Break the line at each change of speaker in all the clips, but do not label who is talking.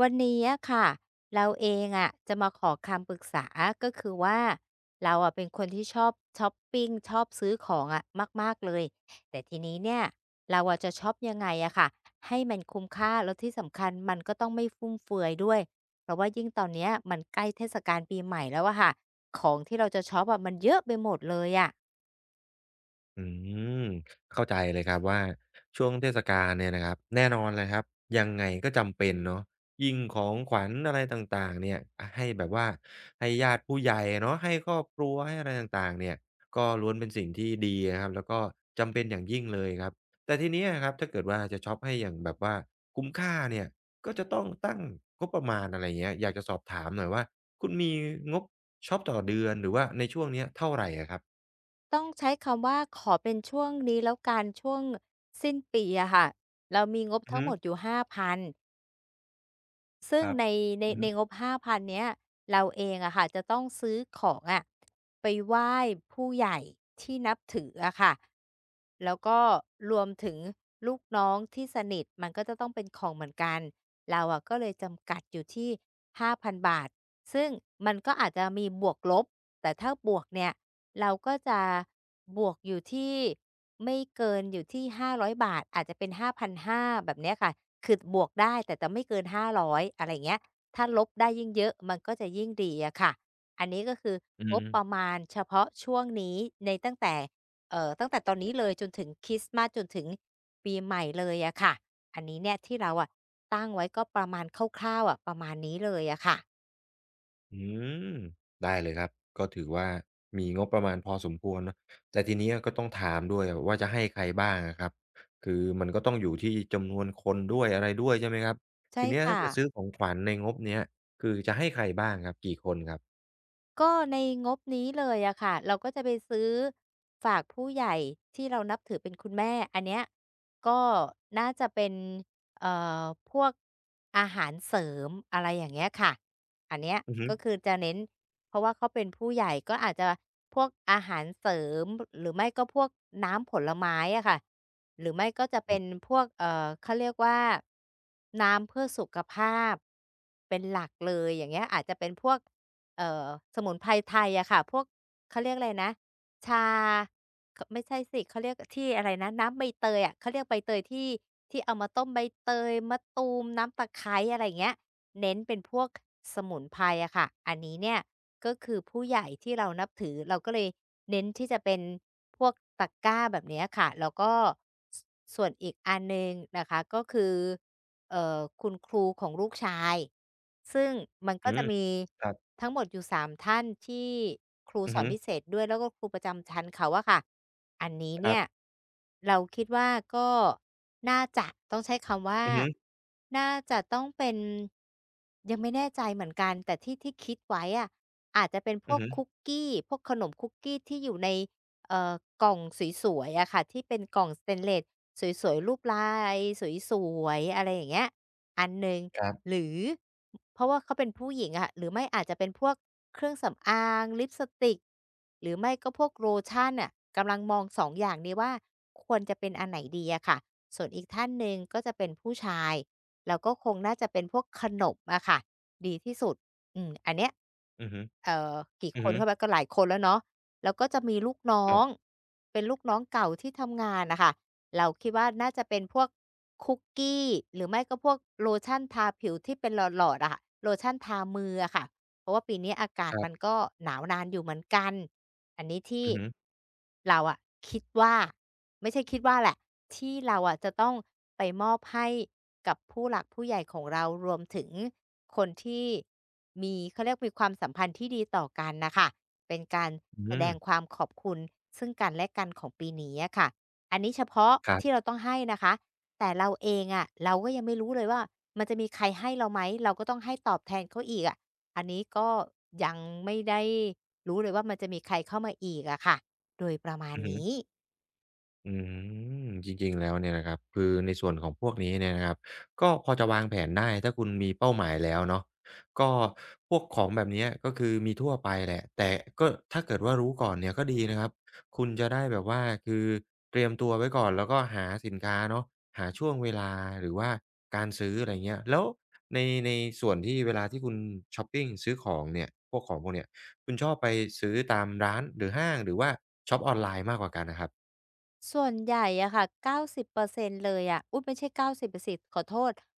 วันนี้อะค่ะเราเองอะจะมาขอคำปรึกษาก็คือว่าเราอะเป็นคนที่ชอบช็อปปิงชอบซื้อของอะมากๆเลยแต่ทีนี้เนี่ยเราอะจะช็อปยังไงอะค่ะให้มันคุ้มค่าแล้วที่สำคัญมันก็ต้องไม่ฟุ่มเฟือยด้วยเพราะว่ายิ่งตอนเนี้ยมันใกล้เทศกาลปีใหม่แล้วอะค่ะของที่เราจะช็อปอะมันเยอะไปหมดเลยอะ
อืมเข้าใจเลยครับว่าช่วงเทศกาลเนี่ยนะครับแน่นอนเลยครับยังไงก็จำเป็นเนาะยิ่งของขวัญอะไรต่างๆเนี่ยให้แบบว่าให้ญาติผู้ใหญ่เนาะให้ครอบครัวให้อะไรต่างๆเนี่ยก็ล้วนเป็นสิ่งที่ดีนะครับแล้วก็จำเป็นอย่างยิ่งเลยครับแต่ทีเนี้ยครับถ้าเกิดว่าจะช็อปให้อย่างแบบว่าคุ้มค่าเนี่ยก็จะต้องตั้งงบประมาณอะไรเงี้ยอยากจะสอบถามหน่อยว่าคุณมีงบช็อปต่อเดือนหรือว่าในช่วงเนี้ยเท่าไหรอะครับ
ต้องใช้คำว่าขอเป็นช่วงนี้แล้วกันช่วงสิ้นปีอะค่ะเรามีงบ
อือ
ทั้ง
ฮึ
หมดอยู่5,000 ซึ่
ค
ง
รั
ใน
บ
ในงบ5,000เนี้ยเราเองอะค่ะจะต้องซื้อของอะไปไหว้ผู้ใหญ่ที่นับถืออะค่ะแล้วก็รวมถึงลูกน้องที่สนิทมันก็จะต้องเป็นของเหมือนกันเราอะก็เลยจำกัดอยู่ที่5,000บาทซึ่งมันก็อาจจะมีบวกลบแต่ถ้าบวกเนี่ยเราก็จะบวกอยู่ที่ไม่เกินอยู่ที่500บาทอาจจะเป็น5ห0 0แบบเนี้ยค่ะ คือบวกได้แต่จะไม่เกิน500อยอะไรเงี้ยถ้าลบได้ยิ่งเยอะมันก็จะยิ่งดีอะค่ะอันนี้ก็คือ
อื
งบ
ม
ประมาณเฉพาะช่วงนี้ในตั้งแต่ตั้งแต่ตอนนี้เลยจนถึงคริสต์มาสจนถึงปีใหม่เลยอะค่ะอันนี้เนี่ยที่เราอะตั้งไว้ก็ประมาณคร่าวๆอะประมาณนี้เลยอะค่ะ
อืมได้เลยครับก็ถือว่ามีงบประมาณพอสมควรเนาะแต่ทีนี้ก็ต้องถามด้วยว่าจะให้ใครบ้างอะครับคือมันก็ต้องอยู่ที่จำนวนคนด้วยอะไรด้วยใช่ไหมครับ
ใช่
ทีเนี้ยถ้า
ค่ะ
จะซื้อของขวัญในงบเนี้ยคือจะให้ใครบ้างครับกี่คนครับ
ก็ในงบนี้เลยอะค่ะเราก็จะไปซื้อฝากผู้ใหญ่ที่เรานับถือเป็นคุณแม่อันเนี้ยก็น่าจะเป็นเอ่อพวกอาหารเสริมอะไรอย่างเงี้ยค่ะอันเนี้ย
อือฮึ
ก็คือจะเน้นเพราะว่าเขาเป็นผู้ใหญ่ก็อาจจะพวกอาหารเสริมหรือไม่ก็พวกน้ำผลไม้อะค่ะหรือไม่ก็จะเป็นพวกเขาเรียกว่าน้ำเพื่อสุขภาพเป็นหลักเลยอย่างเงี้ยอาจจะเป็นพวก เอ่อสมุนไพรไทยอะค่ะพวกเขาเรียกอะไรนะชาขไม่ใช่สิเขาเรียกที่อะไรนะน้ำใบเตยอะเขาเรียกใบเตยที่เอามาต้มใบเตยมะตูมน้ำตะไคร้อะไรอย่างเงี้ยเน้นเป็นพวกสมุนไพรอะค่ะอันนี้เนี่ยก็คือผู้ใหญ่ที่เรานับถือเราก็เลยเน้นที่จะเป็นพวกตะกร้าแบบเนี้ยค่ะแล้วก็สส่วนอีกอันหนึ่งนะคะก็คือ คุณครูของลูกชายซึ่งมันก็
อื
จะ
ม
มี
ครับ
ทั้งหมดอยู่3ท่านที่ครู
อื
ส
อ
อน
ฮึ
พิเศษด้วยแล้วก็ครูประจำชั้นเขาอะค่ะอันนี้
ครั
เนี่ย
บ
เราคิดว่าก็น่าจะต้องใช้คำว่า
อือฮึ
น่าจะต้องเป็นยังไม่แน่ใจเหมือนกันแต่ที่คิดไว้อะอาจจะเป็นพ
อื
ว
อ
ก
ฮึ
คุกกี้พวกขนมคุกกี้ที่อยู่ใน เอ่อกล่องสวยๆอะค่ะที่เป็นกล่องสเตนเลสสวยๆรูปลายสวยๆอะไรอย่างเงี้ยอันหนึ่ง
ครั
ห
บ
รือเพราะว่าเขาเป็นผู้หญิงอะหรือไม่อาจจะเป็นพวกเครื่องสำอางลิปสติกหรือไม่ก็พวกโลชั่นอะกำลังมอง2องอย่างนี้ว่าควรจะเป็นอันไหนดีอะค่ะส่วนอีกท่านหนึ่งก็จะเป็นผู้ชายแล้วก็คงน่าจะเป็นพวกขนมอะค่ะดีที่สุดอืมอันเนี้ย
อือฮึ
เอ่อกี่
อือ
คน
ฮึ
เข้าไปก็หลายคนแล้วเนาะแล้วก็จะมีลูกน้อ
ครั
ง
บ
เป็นลูกน้องเก่าที่ทำงานน่ะค่ะเราคิดว่าน่าจะเป็นพวกคุกกี้หรือไม่ก็พวกโลชั่นทาผิวที่เป็นหลอดๆอะค่ะโลชั่นทามืออะค่ะ เพราะว่าปีนี้อากา
ค
ศ
รั
มัน
บ
ก็หนาวนานอยู่เหมือนกัน อันนี้ที่
อือฮึ
เราอะคิดว่าไม่ใช่คิดว่าแหละที่เราอะจะต้องไปมอบให้กับผู้หลักผู้ใหญ่ของเรารวมถึงคนที่มีเขาเรียกมีความสัมพันธ์ที่ดีต่อกันน่ะค่ะเป็นการ
อื
แสด
ม
งความขอบคุณซึ่งกันและกันของปีนี้อะค่ะอันนี้เฉพาะ
ครั
ที่
บ
เราต้องให้นะคะแต่เราเองอะเราก็ยังไม่รู้เลยว่ามันจะมีใครให้เราไหมเราก็ต้องให้ตอบแทนเขาอีกอะ อันนี้ก็ยังไม่ได้รู้เลยว่ามันจะมีใครเข้ามาอีกอะค่ะโดยประมาณ
อือฮึ
นี้
อืจริงๆแล้วเนี่ยนะครับคือในส่วนของพวกนี้เนี่ยนะครับก็พอจะวางแผนได้ถ้าคุณมีเป้าหมายแล้วเนาะก็พวกของแบบเนี้ยก็คือมีทั่วไปแหละแต่ก็ถ้าเกิดว่ารู้ก่อนเนี่ยก็ดีนะครับคุณจะได้แบบว่าคือเตรียมตัวไว้ก่อนแล้วก็หาสินค้าเนาะหาช่วงเวลาหรือว่าการซื้ออะไรเงี้ยแล้วในในส่วนที่เวลาที่คุณชอปปิงซื้อของเนี่ยพวกของพวกเนี้ยคุณชอบไปซื้อตามร้านหรือห้างหรือว่าช็อปออนไลน์มากกว่ากันอะครับ
ส่วนใหญ่อะค่ะ90%เปอร์เซ็นต์เลยอะอุ๊ยไม่ใช่90%ขอโทษ100%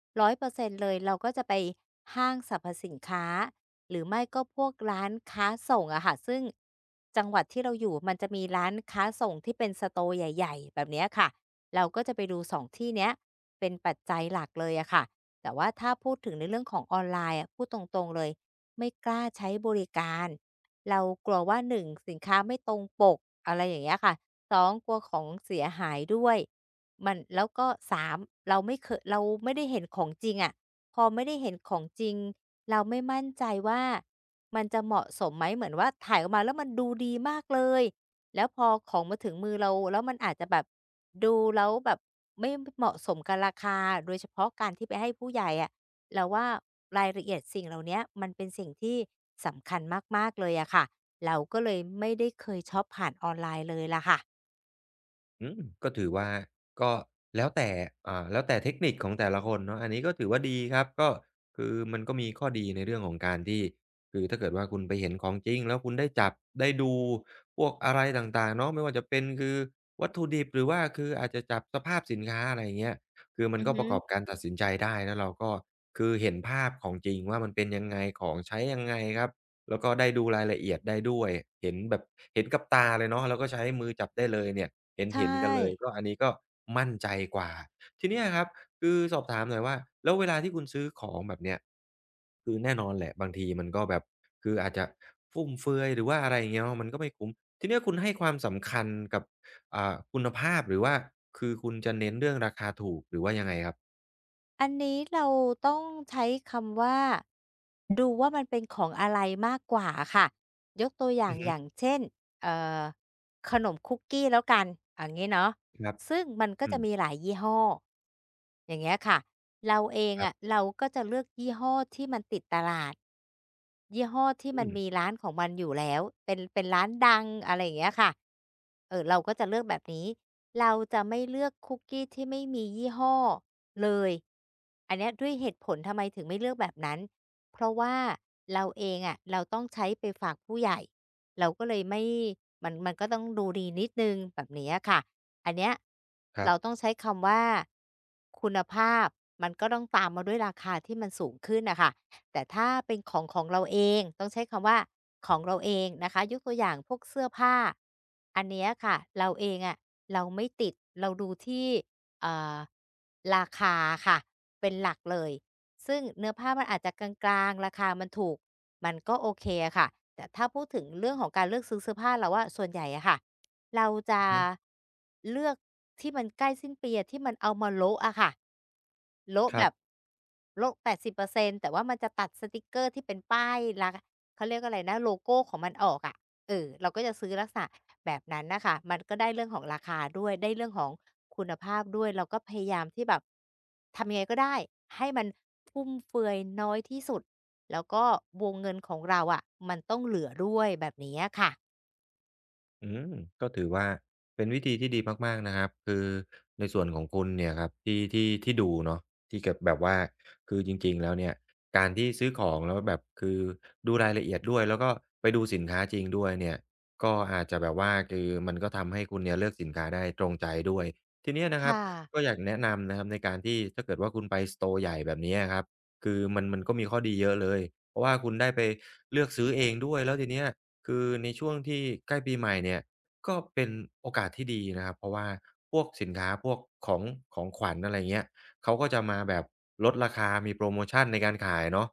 เปอร์เซ็นต์เลยเราก็จะไปห้างสรรพสินค้าหรือไม่ก็พวกร้านค้าส่งอะค่ะซึ่งจังหวัดที่เราอยู่มันจะมีร้านค้าส่งที่เป็นสโตร์ใหญ่ๆแบบเนี้ยค่ะเราก็จะไปดูสองที่เนี้ยเป็นปัจจัยหลักเลยอะค่ะแต่ว่าถ้าพูดถึงในเรื่องของออนไลน์อะพูดตรงๆเลยไม่กล้าใช้บริการ เรากลัวว่าหนึ่งสินค้าไม่ตรงปกอะไรอย่างเงี้ยค่ะสองกลัวของเสียหายด้วยมันแล้วก็สามเราไม่เคยเราไม่ได้เห็นของจริงอะพอไม่ได้เห็นของจริงเราไม่มั่นใจว่ามันจะเหมาะสมไหมเหมือนว่าถ่ายออกมาแล้วมันดูดีมากเลยแล้วพอของมาถึงมือเราแล้วมันอาจจะแบบดูแล้วแบบไม่มเหมาะสมกับราคาโดยเฉพาะการที่ไปให้ผู้ใหญ่อะ เราว่ารายละเอียดสิ่งเหล่าเนี้ยมันเป็นสิ่งที่สำคัญมากๆเลยอะค่ะเราก็เลยไม่ได้เคยช็อปผ่านออนไลน์เลยล่ะค่ะ
ก็ถือว่าก็แล้วแต่แล้วแต่เทคนิคของแต่ละคนเนาะอันนี้ก็ถือว่าดีครับก็คือมันก็มีข้อดีในเรื่องของการที่คือถ้าเกิดว่าคุณไปเห็นของจริงแล้วคุณได้จับได้ดูพวกอะไรต่างๆเนาะไม่ว่าจะเป็นคือวัตถุดิบหรือว่าคืออาจจะจับสภาพสินค้าอะไรอย่างเงี้ยคือมัน
อือ
ก็
ฮึ
ประกอบการตัดสินใจได้แล้วเราก็คือเห็นภาพของจริงว่ามันเป็นยังไงของใช้ยังไงครับ แล้วก็ได้ดูรายละเอียดได้ด้วยเห็นแบบเห็นกับตาเลยเนาะแล้วก็ใช้มือจับได้เลยเนี่ยเ
ใช
ห็นๆกันเลย
่
ก็อันนี้ก็มั่นใจกว่าทีเนี้ยครับคือสอบถามหน่อยว่าแล้วเวลาที่คุณซื้อของแบบเนี้ยคือแน่นอนแหละบางทีมันก็แบบคืออาจจะฟุ่มเฟือยหรือว่าอะไรอย่างเงี้ยเนาะมันก็ไม่คุ้มทีเนี้ยคุณให้ความสำคัญกับคุณภาพหรือว่าคือคุณจะเน้นเรื่องราคาถูกหรือว่ายังไงครับ
อันนี้เราต้องใช้คำว่าดูว่ามันเป็นของอะไรมากกว่าอะค่ะยกตัวอย่า
อื
ง
อฮึ
อย่างเช่นเอ่อขนมคุกกี้แล้วกันอย่างงี้เนาะ
ครับ
ซึ่งมันก็
อื
จะ
ม
มีหลายยี่ห้ออย่างเงี้ยค่ะเราเอง
ครั
อะ
บ
เราก็จะเลือกยี่ห้อที่มันติดตลาดยี่ห้อที่มั
อื
นมี
ม
ร้านของมันอยู่แล้วเป็นร้านดังอะไรอย่างเงี้ยค่ะเออเราก็จะเลือกแบบนี้เราจะไม่เลือกคุกกี้ที่ไม่มียี่ห้อเลยอันเนี้ยด้วยเหตุผลทำไมถึงไม่เลือกแบบนั้นเพราะว่าเราเองอะเราต้องใช้ไปฝากผู้ใหญ่เราก็เลยไม่มันก็ต้องดูดีนิดนึงแบบเนี้ยค่ะ อันเนี้ย
ครั
เราต้อง
บ
ใช้คำว่าคุณภาพมันก็ต้องตามมาด้วยราคาที่มันสูงขึ้นนะคะแต่ถ้าเป็นของของเราเองต้องใช้คำว่าของเราเองนะคะยกตัวอย่างพวกเสื้อผ้าอันเนี้ยค่ะเราเองอะะเราไม่ติดเราดูที่เอ่อราคาค่ะเป็นหลักเลยซึ่งเนื้อผ้ามันอาจจะกลางๆราคามันถูกมันก็โอเคอะค่ะแต่ถ้าพูดถึงเรื่องของการเลือกซื้อเสื้อผ้าเราว่าส่วนใหญ่อะค่ะ เราจะ
อือฮึ
เลือกที่มันใกล้สิ้นปีอะที่มันเอามาโละอะค่ะโละ
ค
แบ
รั
บ
บ
โละแปดสิบเปอร์เซ็นต0แต่ว่ามันจะตัดสติกเกอร์ที่เป็นป้ายลักเขาเรียกอะไรนะโลโกของมันออกอะเออเราก็จะซื้อลักษณะแบบนั้นน่ะค่ะมันก็ได้เรื่องของราคาด้วยได้เรื่องของคุณภาพด้วยเราก็พยายามที่แบบทำยังไงก็ได้ให้มันฟุ่มเฟือยน้อยที่สุดแล้วก็วงเงินของเราอะมันต้องเหลือด้วยแบบนี้อะค่ะ
อืมก็ถือว่าเป็นวิธีที่ดีมากๆนะครับคือในส่วนของคุณเนี่ยครับที่ดูเนาะที่เก็บแบบว่าคือจริงๆแล้วเนี่ยการที่ซื้อของแล้วแบบคือดูรายละเอียดด้วยแล้วก็ไปดูสินค้าจริงด้วยเนี่ยก็อาจจะแบบว่าคือมันก็ทำให้คุณเนี่ยเลือกสินค้าได้ตรงใจด้วยทีเนี้ยนะครับ
ค่ะ
ก็อยากแนะนำนะครับในการที่ถ้าเกิดว่าคุณไปสตอร์ใหญ่แบบเนี้ยครับ คือมันก็มีข้อดีเยอะเลย เพราะว่าคุณได้ไปเลือกซื้อเองด้วยแล้วทีเนี้ยคือในช่วงที่ใกล้ปีใหม่เนี่ยก็เป็นโอกาสที่ดีนะครับเพราะว่าพวกสินค้าพวกของของขวัญอะไรเงี้ยเขาก็จะมาแบบลดราคามีโพรโมชันในการขายเนาะ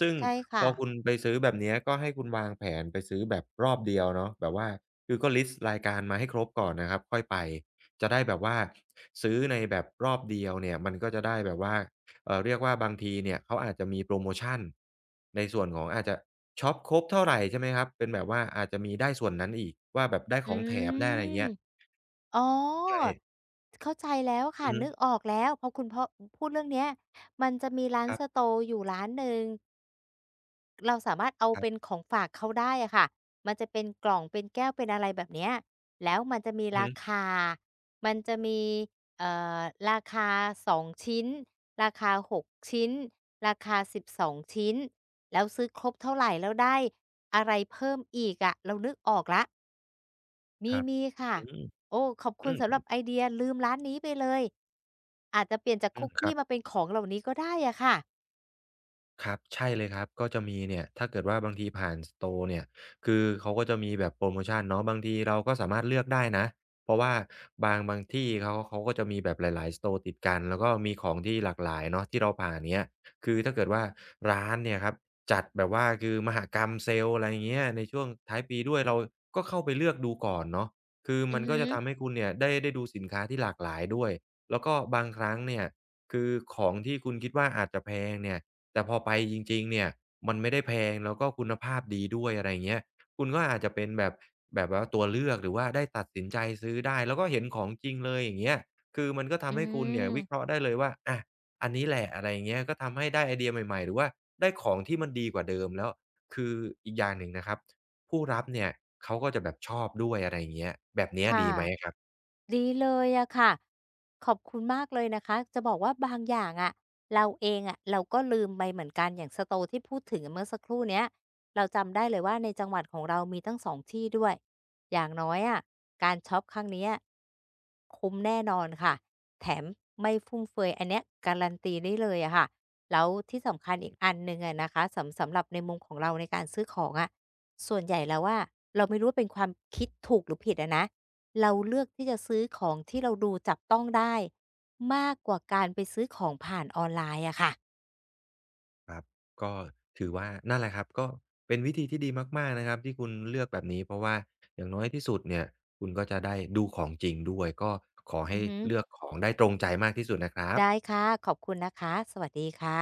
ซึ่ง
ใช่
พ
ค่ะ
อคุณไปซื้อแบบเนี้ยก็ให้คุณวางแผนไปซื้อแบบรอบเดียวเนาะแบบว่าคือก็ลิสต์รายการมาให้ครบก่อนนะครับค่อยไปจะได้แบบว่าซื้อในแบบรอบเดียวเนี่ยมันก็จะได้แบบว่า เรียกว่าบางทีเนี่ยเขาอาจจะมีโพรโมชันในส่วนของอาจจะช็อปครบเท่าไรใช่ไหมครับเป็นแบบว่าอาจจะมีได้ส่วนนั้นอีกว่าแบบได้ข
อื
องแถมได้อะไรอย่าง
ม
เงี้ย
อ๋อ
ใช่
เข้าใจแล้ว
อื
ค่ะ
อฮึ
นึกออกแล้วพอคุณพอพูดเรื่องเนี้ยมันจะมีร้าน
ค
ส
รั
โต o ์อยู่ร้านหนึ่งเราสามารถเอา
บๆ
เป็นของฝากเขาได้อะค่ะมันจะเป็นกล่องเป็นแก้วเป็นอะไรแบบเนี้ยแล้วมันจะมี
อือฮึ
ราคา มันจะมีเอ่อราคา2ชิ้นราคา6ชิ้นราคา12ชิ้นแล้วซื้อครบเท่าไรแล้วได้อะไรเพิ่มอีกอะเรานึกออกแล้ว
ค
มี
รับ
มีค่ะ
อืม
โอ้ ขอบคุ
อื
ณสำหรั
ม
บไอเดียลืมร้านนี้ไปเลย อาจจะเปลี่ยนจาก
อื
คุ
ม
ก
ครั
กี้
บ
มาเป็นของเหล่านี้ก็ได้อะค่ะ
ครับใช่เลยครับก็จะมีเนี่ยถ้าเกิดว่าบางทีผ่านสโตอร์เนี่ยคือเขาก็จะมีแบบโพรโมชันเนาะบางทีเราก็สามารถเลือกได้นะเพราะว่าบางที่เขาก็จะมีแบบหลายๆสโตร์ติดกันแล้วก็มีของที่หลากหลายเนาะที่เราผ่านเงี้ยคือถ้าเกิดว่าร้านเนี่ยครับจัดแบบว่าคือมหกรรมเซลล์อะไรอย่างเงี้ยในช่วงท้ายปีด้วยเราก็เข้าไปเลือกดูก่อนเนาะคือ
อื
มั
อ
น
ฮึ
ก็จะทำให้คุณเนี่ยได้ดูสินค้าที่หลากหลายด้วยแล้วก็บางครั้งเนี่ยคือของที่คุณคิดว่าอาจจะแพงเนี่ย แต่พอไปจริงๆเนี่ยมันไม่ได้แพงแล้วก็คุณภาพดีด้วยอะไรอย่างเงี้ยคุณก็อาจจะเป็นแบบแบบว่าตัวเลือกหรือว่าได้ตัดสินใจซื้อได้แล้วก็เห็นของจริงเลยอย่างเงี้ยคือมันก็
อื
ทำให้คุณเนี่ย
ม
วิเคราะห์ได้เลยว่าอะอันนี้แหละอะไรอย่างเงี้ยก็ทำให้ได้ไอเดียใหม่ๆหรือว่าได้ของที่มันดีกว่าเดิมแล้วคืออีกอย่างหนึ่งนะครับผู้รับเนี่ยเขาก็จะแบบชอบด้วยอะไรอย่างเงี้ยแบบเนี้ย
ค่ะ
ดีไหมอะครับ
ดีเลยอะค่ะขอบคุณมากเลยนะคะจะบอกว่าบางอย่างอะเราเองอะเราก็ลืมไปเหมือนกันอย่างสโตที่พูดถึงเมื่อสักครู่เนี้ยเราจำได้เลยว่าในจังหวัดของเรามีตั้งสองที่ด้วยอย่างน้อยอะการช็อปครั้งเนี้ยคุ้มแน่นอนค่ะแถมไม่ฟุ่มเฟือยอันเนี้ยการันตีได้เลยอะค่ะแล้วที่สำคัญอีกอันหนึ่งอะนะคะสำสำหรับในมุมของเราในการซื้อของอะส่วนใหญ่แล้วว่าเราไม่รู้ว่าเป็นความคิดถูกหรือผิดอะนะ เราเลือกที่จะซื้อของที่เราดูจับต้องได้มากกว่าการไปซื้อของผ่านออนไลน์อะค่ะ
ครับก็ถือว่านั่นแหละครับก็เป็นวิธีที่ดีมากๆนะครับที่คุณเลือกแบบนี้เพราะว่าอย่างน้อยที่สุดเนี่ยคุณก็จะได้ดูของจริงด้วยก็ขอ
อื
ให้
อฮึ
เลือกของได้ตรงใจมากที่สุดนะครับ
ได้ค่ะขอบคุณนะคะสวัสดีค่ะ